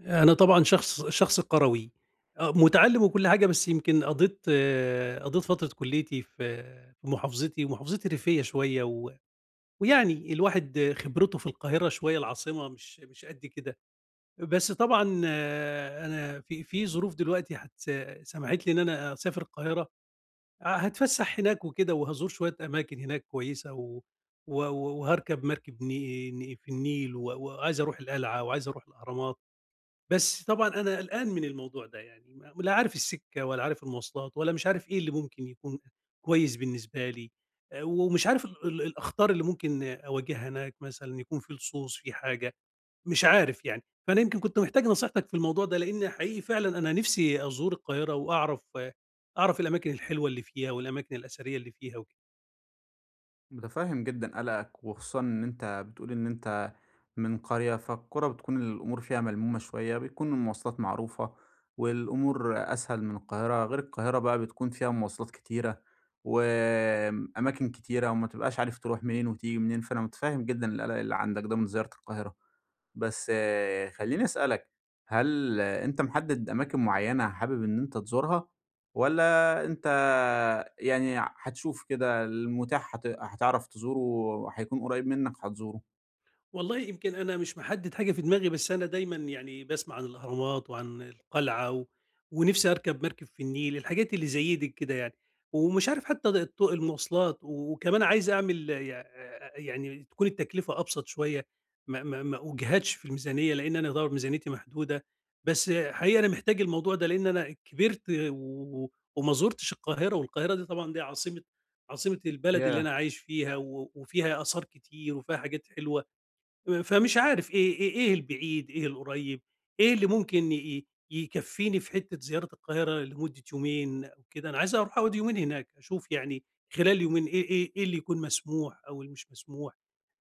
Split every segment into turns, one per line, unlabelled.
أنا طبعًا شخص قروي، متعلّم وكل حاجة، بس يمكن قضيت فترة كليتي في محافظتي، ومحافظتي ريفية شوية، ويعني الواحد خبرته في القاهرة شوية، العاصمة مش قد كده، بس طبعًا أنا في ظروف دلوقتي سمحت لي إن أنا أسافر القاهرة، هاتفسح هناك وكده، وهازور شوية أماكن هناك كويسة، و و وهاركب مركب ن ن في النيل، وعايز أروح القلعة، وعايز أروح الأهرامات. بس طبعًا أنا قلقان من الموضوع ده يعني ما لا عارف السكة ولا عارف المواصلات ولا مش عارف إيه اللي ممكن يكون كويس بالنسبة لي، ومش عارف ال ال الأخطار اللي ممكن أواجهها هناك مثلًا يكون في لصوص، في حاجة، مش عارف يعني. فأنا يمكن كنت محتاج نصيحتك في الموضوع ده، لإن حقيقي فعلًا أنا نفسي أزور القاهرة وأعرف، آه، أعرف الأماكن الحلوة اللي فيها والأماكن الأثرية اللي فيها وكده.
متفهم جدا قلقك، وخصوصا ان انت بتقول ان انت من قرية. فالقرى بتكون الامور فيها ملمومة شوية، بتكون المواصلات معروفة والامور اسهل من القاهرة. غير القاهرة بقى بتكون فيها مواصلات كتيرة واماكن كتيرة، وما تبقاش عارف تروح منين وتيجي منين. فانا متفهم جدا القلق اللي عندك ده من زيارة القاهرة. بس خلّيني أسألك، هل أنت محدد أماكن معيّنة حابب إن أنت تزورها، والّا أنت يعني هتشوف كده المتاح هتعرف تزوره وهيكون قريب منك هتزوره؟
والله يمكن أنا مش محدد حاجة في دماغي، بس أنا دايمًا يعني باسمع عن الأهرامات وعن القلعة ونفسي أركب مركب في النيل، الحاجات اللي زي دي كده يعني، ومش عارف حتى د الط المواصلات وكمان عايز أعمل يعني تكون التكلفة أبسط شوية، ما أُجهدش في الميزانية، لإن أنا طبعًا ميزانيتي محدودة، بس حقيقي أنا محتاج الموضوع ده، لإن أنا كبرت وما زُرتش القاهرة، والقاهرة دي طبعًا دي عاصمة البلد اللي
ياه!
أنا عايش فيها وفيها آثار كتير وفيها حاجات حلوة. فمش عارف إيه البعيد، إيه القريب، إيه اللي ممكن يكفّيني في حتّة زيارة القاهرة لمدة يومين أو كده، أنا عايز أروح أقعد يومين هناك، أشوف يعني خلال يومين إيه اللي يكون مسموح أو اللي مش مسموح.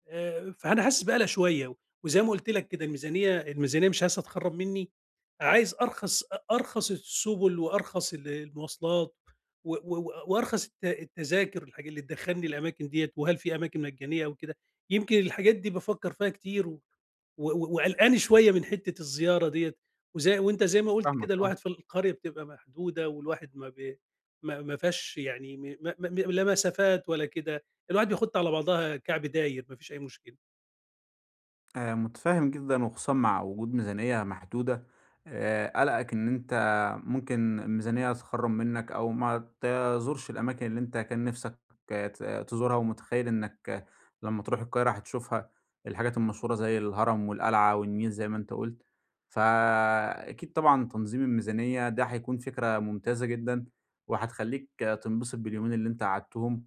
فأنا حاسس بقلق شوية، وزي ما قُلت لك كده الميزانية مش عايزة تخرّب منّي، عايز أرخص أرخص السُبُل وأرخص المواصلات وأرخص التذاكر الحاجة اللي تدخّلني الأماكن ديّة، وهل في أماكن مجانية أو كده، يمكن الحاجات دي بافكّر فيها كتير و و و وقلقان شوية من حتّة الزيارة ديّة، وأنت زي ما قُلت
فاهمك،
كده
آه.
الواحد في القرية بتبقى محدودة، والواحد ما ب ما ما فيهاش يعني م م م لا مسافات ولا كده، الواحد بيخُط على بعضها كعب داير ما فيش أي مشكلة.
متفهم جدًا، وخصوصًا مع وجود ميزانية محدودة. قلقك إن أنت ممكن الميزانية تخرّم منك، أو ما تزورش الأماكن اللي أنت كان نفسك آه، ت تزورها، ومتخيل إنك لمّا تروح القاهرة هتشوفها، الحاجات المشهورة زي الهرم والقلعة والنيل زي ما أنت قُلت. فأكيد طبعًا تنظيم الميزانية ده هيكون فكرة ممتازة جدًا، وهتخلّيك تنبسط باليومين اللي أنت قعدتهم،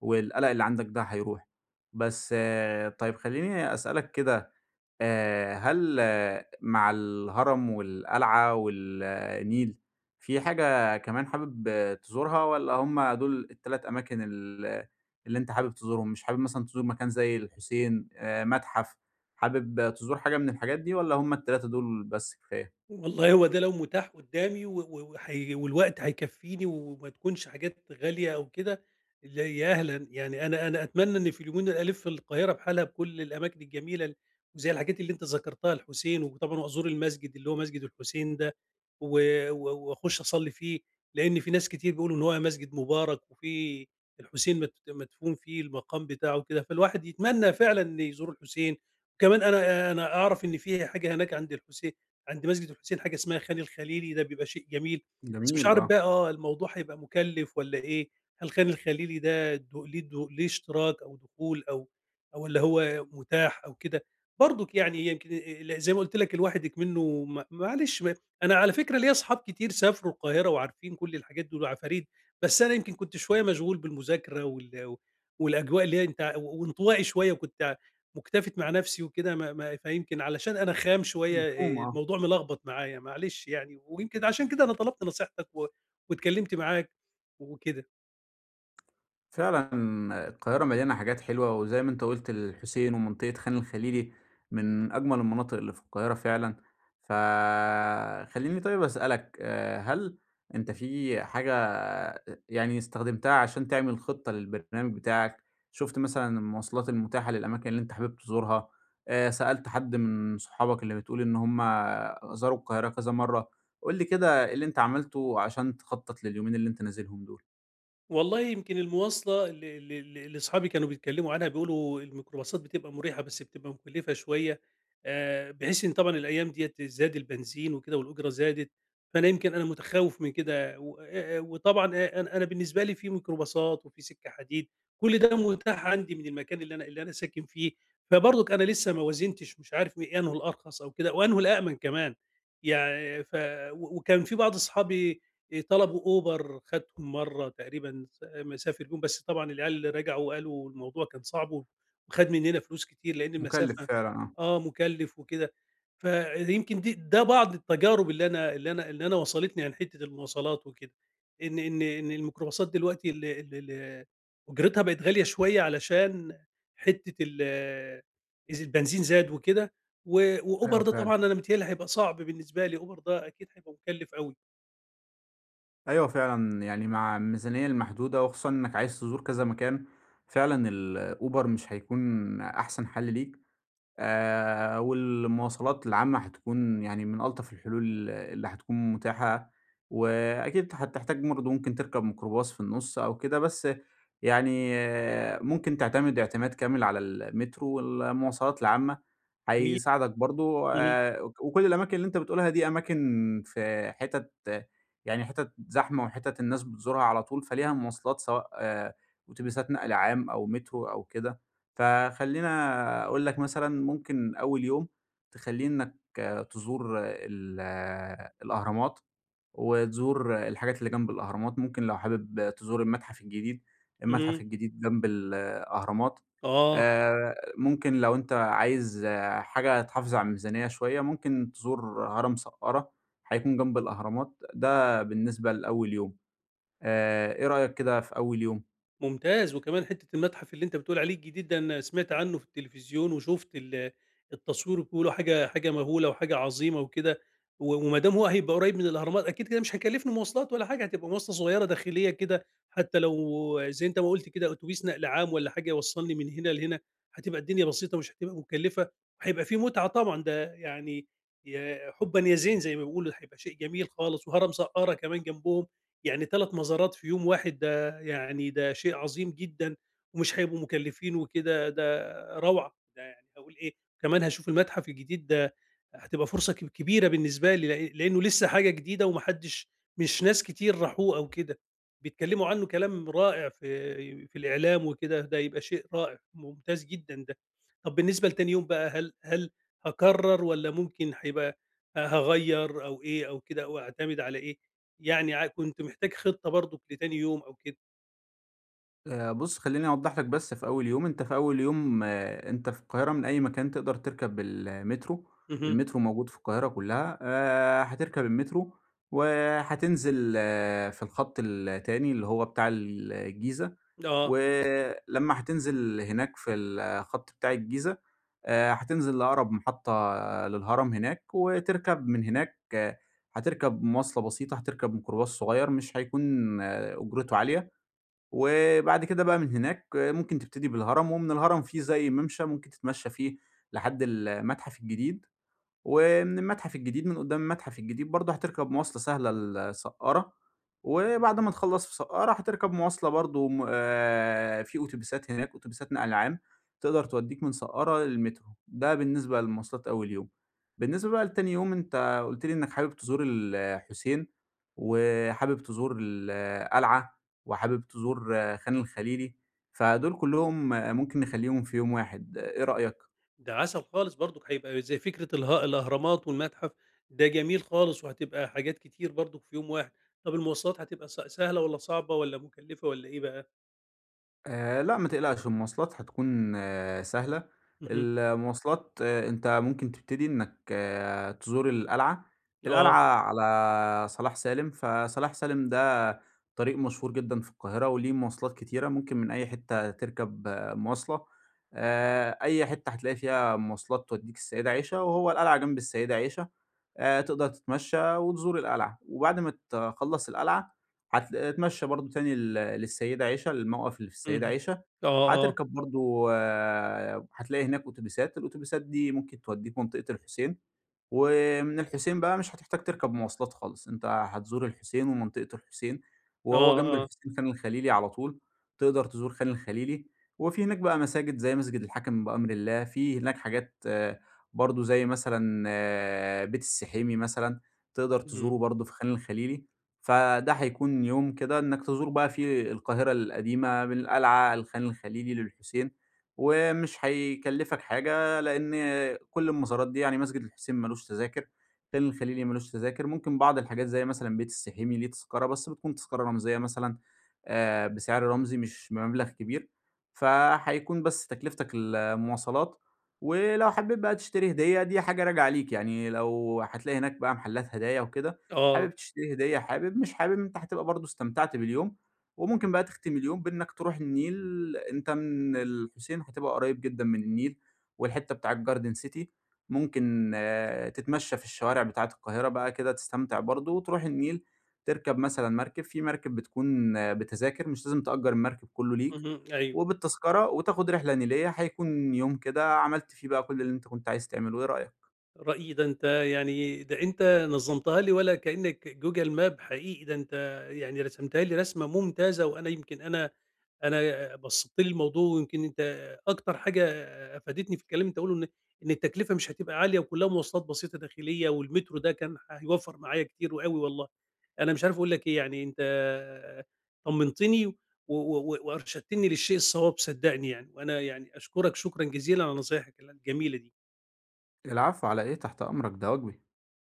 والقلق اللي عندك ده هيروح. بس آه، طيب خلّيني أسألك كده، هل مع الهرم والقلعة والنيل، في حاجة كمان حابب تزورها، والّا هُم دول ال3 أماكن اللي أنت حابب تزورهم؟ مش حابب مثلًا تزور مكان زي الحسين، متحف، حابب تزور حاجة من الحاجات دي، والّا هُم ال3 دول بس كفاية؟
والله هو ده لو متاح قدّامي و والوقت هيكفّيني وما تكونش حاجات غالية أو كده، لا يا أهلًا، يعني أنا أتمنى إن في اليومين ألِف القاهرة بحالها بكل الأماكن الجميلة وزي الحاجات اللي أنت ذكرتها الحسين، وطبعًا وأزور المسجد اللي هو مسجد الحسين ده، و و وأخش أصلّي فيه، لإن في ناس كتير بيقولوا إن هو مسجد مبارك وفيه الحسين مدفون فيه المقام بتاعه وكده، فالواحد يتمنى فعلًا ان يزور الحسين، وكمان أنا أعرف إن في حاجة هناك عند الحسين عند مسجد الحسين حاجة اسمها خان الخليلي، ده بيبقى شيء جميل، بس مش
جميل
عارف
آه،
بقى الموضوع هيبقى مُكلّف والّا إيه؟ هل خان الخليلي ده د ليه د ليه اشتراك أو دخول أو والّا هو متاح أو كده؟ برضُك يعني يمكن زي ما قُلت لك الواحد إكمنُّه معلش أنا على فكرة ليّا أصحاب كتير سافروا القاهرة وعارفين كل الحاجات دول وعفاريت، بس أنا يمكن كنت شوية مشغول بالمذاكرة وال والأجواء اللي هي أنت وانطوائي شوية وكنت مُكتفِت مع نَفْسي وكده ما ما فيمكن علشان أنا خام شوية
مفهوم آه.
الموضوع ملخبط معايا معلش يعني، ويمكن عشان كده أنا طلبت نصيحتك واتكلِّمت معاك وكده.
فعلا القاهرة مليانة حاجات حلوة، وزي ما انت قلت الحسين ومنطقة خان الخليلي من أجمل المناطق اللي في القاهرة فعلا. فخليني طيب أسألك، آه، هل انت في حاجة يعني استخدمتها عشان تعمل خطة للبرنامج بتاعك؟ شفت مثلا المواصلات المتاحة للأماكن اللي انت حابب تزورها؟ آه، سألت حد من صحابك اللي بتقول إن هم زاروا القاهرة كذا مرة؟ قول لي كده إيه اللي انت عملته عشان تخطط لليومين اللي انت نازلهم دول.
والله يمكن المواصلة اللي صحابي كانوا بيتكلموا عنها بيقولوا الميكروباصات بتبقى مريحة بس بتبقى مكلفة شوية، بحيث إن طبعًا الأيام ديّة زاد البنزين وكده والأجرة زادت، فأنا يمكن أنا متخوّف من كده و وطبعًا أ أنا أنا بالنسبة لي في ميكروباصات وفي سكة حديد، كل ده متاح عندي من المكان اللي أنا ساكن فيه، فبرضك أنا لسه ما وازنتش مش عارف إيه أنهي الأرخص أو كده وأنهي الأأمن كمان، يع ف و وكان في بعض أصحابي طلبوا Uber خدهم مرّة تقريبًا مسافر بيهم، بس طبعًا العيال رجعوا قالوا الموضوع كان صعب وخَد مننا فلوس كتير لإن
مكلف
المسافة
فعلا اه.
مُكلِّف وكده. فيمكن ده بعض التجارب اللي أنا وصلتني عن حتّة المواصلات وكده، إن الميكروباصات دلوقتي ال ال ال أُجرتها بقت غالية شوية علشان حتّة إذ البنزين زاد وكده و
أيوه
وUber ده
فعلًا،
طبعًا أنا متهيأ لي هيبقى صعب بالنسبة لي، Uber ده أكيد هيبقى مُكلِّف أوي.
أيوه فعلًا، يعني مع الميزانية المحدودة، وخصوصًا إنك عايز تزور كذا مكان، فعلًا الUber مش هيكون أحسن حل ليك. والمواصلات العامة هتكون يعني من ألطف الحلول اللي هتكون متاحة، وأكيد هتحتاج برضه ممكن تركب ميكروباص في النُص أو كده، بس يعني آه، ممكن تعتمد اعتماد كامل على المترو والمواصلات العامة،
جميل.
هيساعدك برضه
اهم.
وك وكل الأماكن اللي أنت بتقولها دي أماكن في حِتت آه، يعني حِتت زحمة، وحِتت الناس بتزورها على طول، فليها مواصلات سواء آه، أوتوبيسات نقل عام أو مترو أو كده. فخلّينا أقول لك مثلًا ممكن أول يوم تخلّيه إنّك آه، تزور آه، ال آه، الأهرامات، وتزور آه، الحاجات اللي جنب الأهرامات، ممكن لو حابب آه، تزور المتحف الجديد، المتحف
اهم،
الجديد جنب الأهرامات.
آه،
ممكن لو أنت عايز آه، حاجة تحافظ على الميزانية شوية، ممكن تزور هرم سقّارة، هيكون جنب الأهرامات، ده بالنسبة لأول يوم. إيه رأيك كده في أول يوم؟
ممتاز، وكمان حتّة المتحف اللي أنت بتقول عليه الجديد ده أنا سمعت عنّه في التلفزيون وشُفت التصوير بيقولوا حاجة مهولة وحاجة عظيمة وكده، وما دام هو هيبقى قريّب من الأهرامات أكيد كده مش هيكلّفني مواصلات ولا حاجة، هتبقى مواصلة صغيّرة داخلية كده، حتّى لو زي أنت ما قُلت كده أوتوبيس نقل عام والّا حاجة يوصّلني من هنا لهنا، هتبقى الدنيا بسيطة مش هتبقى مكلّفة، وهيبقى في متعة طبعًا ده يعني يا حُبًا يزين زي ما بيقولوا، هيبقى شيء جميل خالص، وهرم سقّارة كمان جنبهم، يعني 3 مزارات في يوم واحد ده يعني ده شيء عظيم جدًا ومش هيبقوا مكلّفين وكده، ده روعة، ده يعني هاقول إيه، كمان هاشوف المتحف الجديد ده هتبقى فرصة كبيرة بالنسبة لي، لإنه لسه حاجة جديدة وما حدش مش ناس كتير راحوه أو كده، بيتكلّموا عنه كلام رائع في الإعلام وكده، ده يبقى شيء رائع، ممتاز جدًا ده. طَب بالنسبة لتاني يوم بقى، هل هاكرّر والّا ممكن هيبقى هاغيّر أو إيه أو كده أو أعتمد على إيه؟ يعني كنت محتاج خطة برضه لتاني يوم أو كده.
بُص، خلّيني أوضّح لك، بس في أول يوم، أنت في أول يوم آه، أنت في القاهرة من أي مكان تقدر تركب المترو.
اهم،
المترو موجود في القاهرة كلّها، هتركب المترو وهتنزل آه، في الخط التاني اللي هو بتاع الجيزة،
آه،
ولمّا هتنزل هناك في الخط بتاع الجيزة، هتنزل لأقرب محطة للهرم هناك، وتركب من هناك آه، هتركب مواصلة بسيطة، هتركب ميكروباص صغير مش هيكون آه، أجرته عالية. وبعد كده بقى من هناك ممكن تبتدي بالهرم، ومن الهرم في زي ممشى ممكن تتمشى فيه لحد المتحف الجديد. ومن المتحف الجديد، من قدّام المتحف الجديد برضه هتركب مواصلة سهلة لسقّارة، وبعد ما تخلّص في سقّارة هتركب مواصلة برضه م في أوتوبيسات هناك، أوتوبيسات نقل عام تقدر تودّيك من سقّارة للمترو، ده بالنسبة لمواصلات أول يوم. بالنسبة بقى لتاني يوم، أنت قُلت لي إنّك حابب تزور الحسين، وحابب تزور القلعة، وحابب تزور آه، خان الخليلي، فدول كلّهم آه، ممكن نخلّيهم في يوم واحد، إيه رأيك؟
ده عسل خالص برضك، هيبقى زي فكرة الأهرامات والمتحف، ده جميل خالص وهتبقى حاجات كتير برضك في يوم واحد. طب المواصلات هتبقى سهلة والّا صعبة والّا مكلفة والّا إيه بقى؟
لأ ما تقلقش، المواصلات هتكون آه سهلة،
اهم،
المواصلات آه، أنت ممكن تبتدي إنك آه تزور القلعة، القلعة
آه،
على صلاح سالم، فصلاح سالم ده طريق مشهور جدًا في القاهرة وليه مواصلات كتيرة، ممكن من أي حتة تركب آه مواصلة، أي حتة هتلاقي فيها مواصلات توديك السيدة عيشة، وهو القلعة جنب السيدة عيشة، تقدر تتمشى وتزور القلعة، وبعد ما تخلّص القلعة اتمشى برضه تاني للسيدة عيشة، للموقف اللي في السيدة
اهم،
عيشة،
آه، آه،
هتركب برضه هتلاقي هناك أوتوبيسات، الأوتوبيسات دي ممكن توديك منطقة الحسين، ومن الحسين بقى مش هتحتاج تركب مواصلات خالص، أنت هتزور الحسين ومنطقة الحسين، وهو
آه،
جنب
آه،
الحسين خان الخليلي على طول، تقدر تزور خان الخليلي، وفي هناك بقى مساجد زي مسجد الحاكم بأمر الله، في هناك حاجات برضه زي مثلًا آه، بيت السحيمي مثلًا، تقدر
إمم،
تزوره برضه في خان الخليلي، فده هيكون يوم كده إنك تزور بقى فيه القاهرة القديمة، من القلعة لخان الخليلي للحسين، ومش هيكلفك حاجة. ده لأن كل المزارات دي، يعني مسجد الحسين مالوش تذاكر، خان الخليلي مالوش تذاكر، ممكن بعض الحاجات زي مثلًا بيت السحيمي ليه تذكرة، بس بتكون تذكرة رمزية مثلًا، بسعر رمزي مش بمبلغ كبير، فهيكون بس تكلفتك المواصلات، ولو حبيت بقى تشتري هدية دي حاجة راجعة ليك، يعني لو هتلاقي هناك بقى محلات هدايا وكده،
آه،
حابب تشتري هدية حابب، مش حابب، أنت هتبقى برضه استمتعت باليوم، وممكن بقى تختم اليوم بإنك تروح النيل، أنت من الحسين هتبقى قريب جدًا من النيل. والحتة بتاع الجاردن سيتي، ممكن آه، تتمشى في الشوارع بتاعة القاهرة بقى كده تستمتع برضه، وتروح النيل تركب مثلًا مركب، في مركب بتكون آه، بتذاكر مش لازم تأجر المركب كله ليك،
اهم، أيوه،
وبالتذكرة وتاخد رحلة نيلية، هيكون يوم كده عملت فيه بقى كل اللي أنت كنت عايز تعمله، إيه رأيك؟
رأي ده أنت يعني ده أنت نظمتها لي ولا كأنك Google Map حقيقي، ده أنت يعني رسمتها لي رسمة ممتازة، وأنا يمكن أنا بسّطت لي الموضوع ويمكن أنت أكتر حاجة أفادتني في الكلام اللي أنت قُلته إن التكلفة مش هتبقى عالية وكُلّها مواصلات بسيطة داخلية والمترو ده كان هيوفّر معايا كتير وأوي والله. أنا مش عارف أقول لك إيه، يعني أنت طمّنتني و وأرشدتني للشيء الصواب صدّقني يعني، وأنا يعني أشكرك شكرًا جزيلًا على نصايحك الجميلة دي.
العفو على إيه، تحت أمرك، ده واجبي.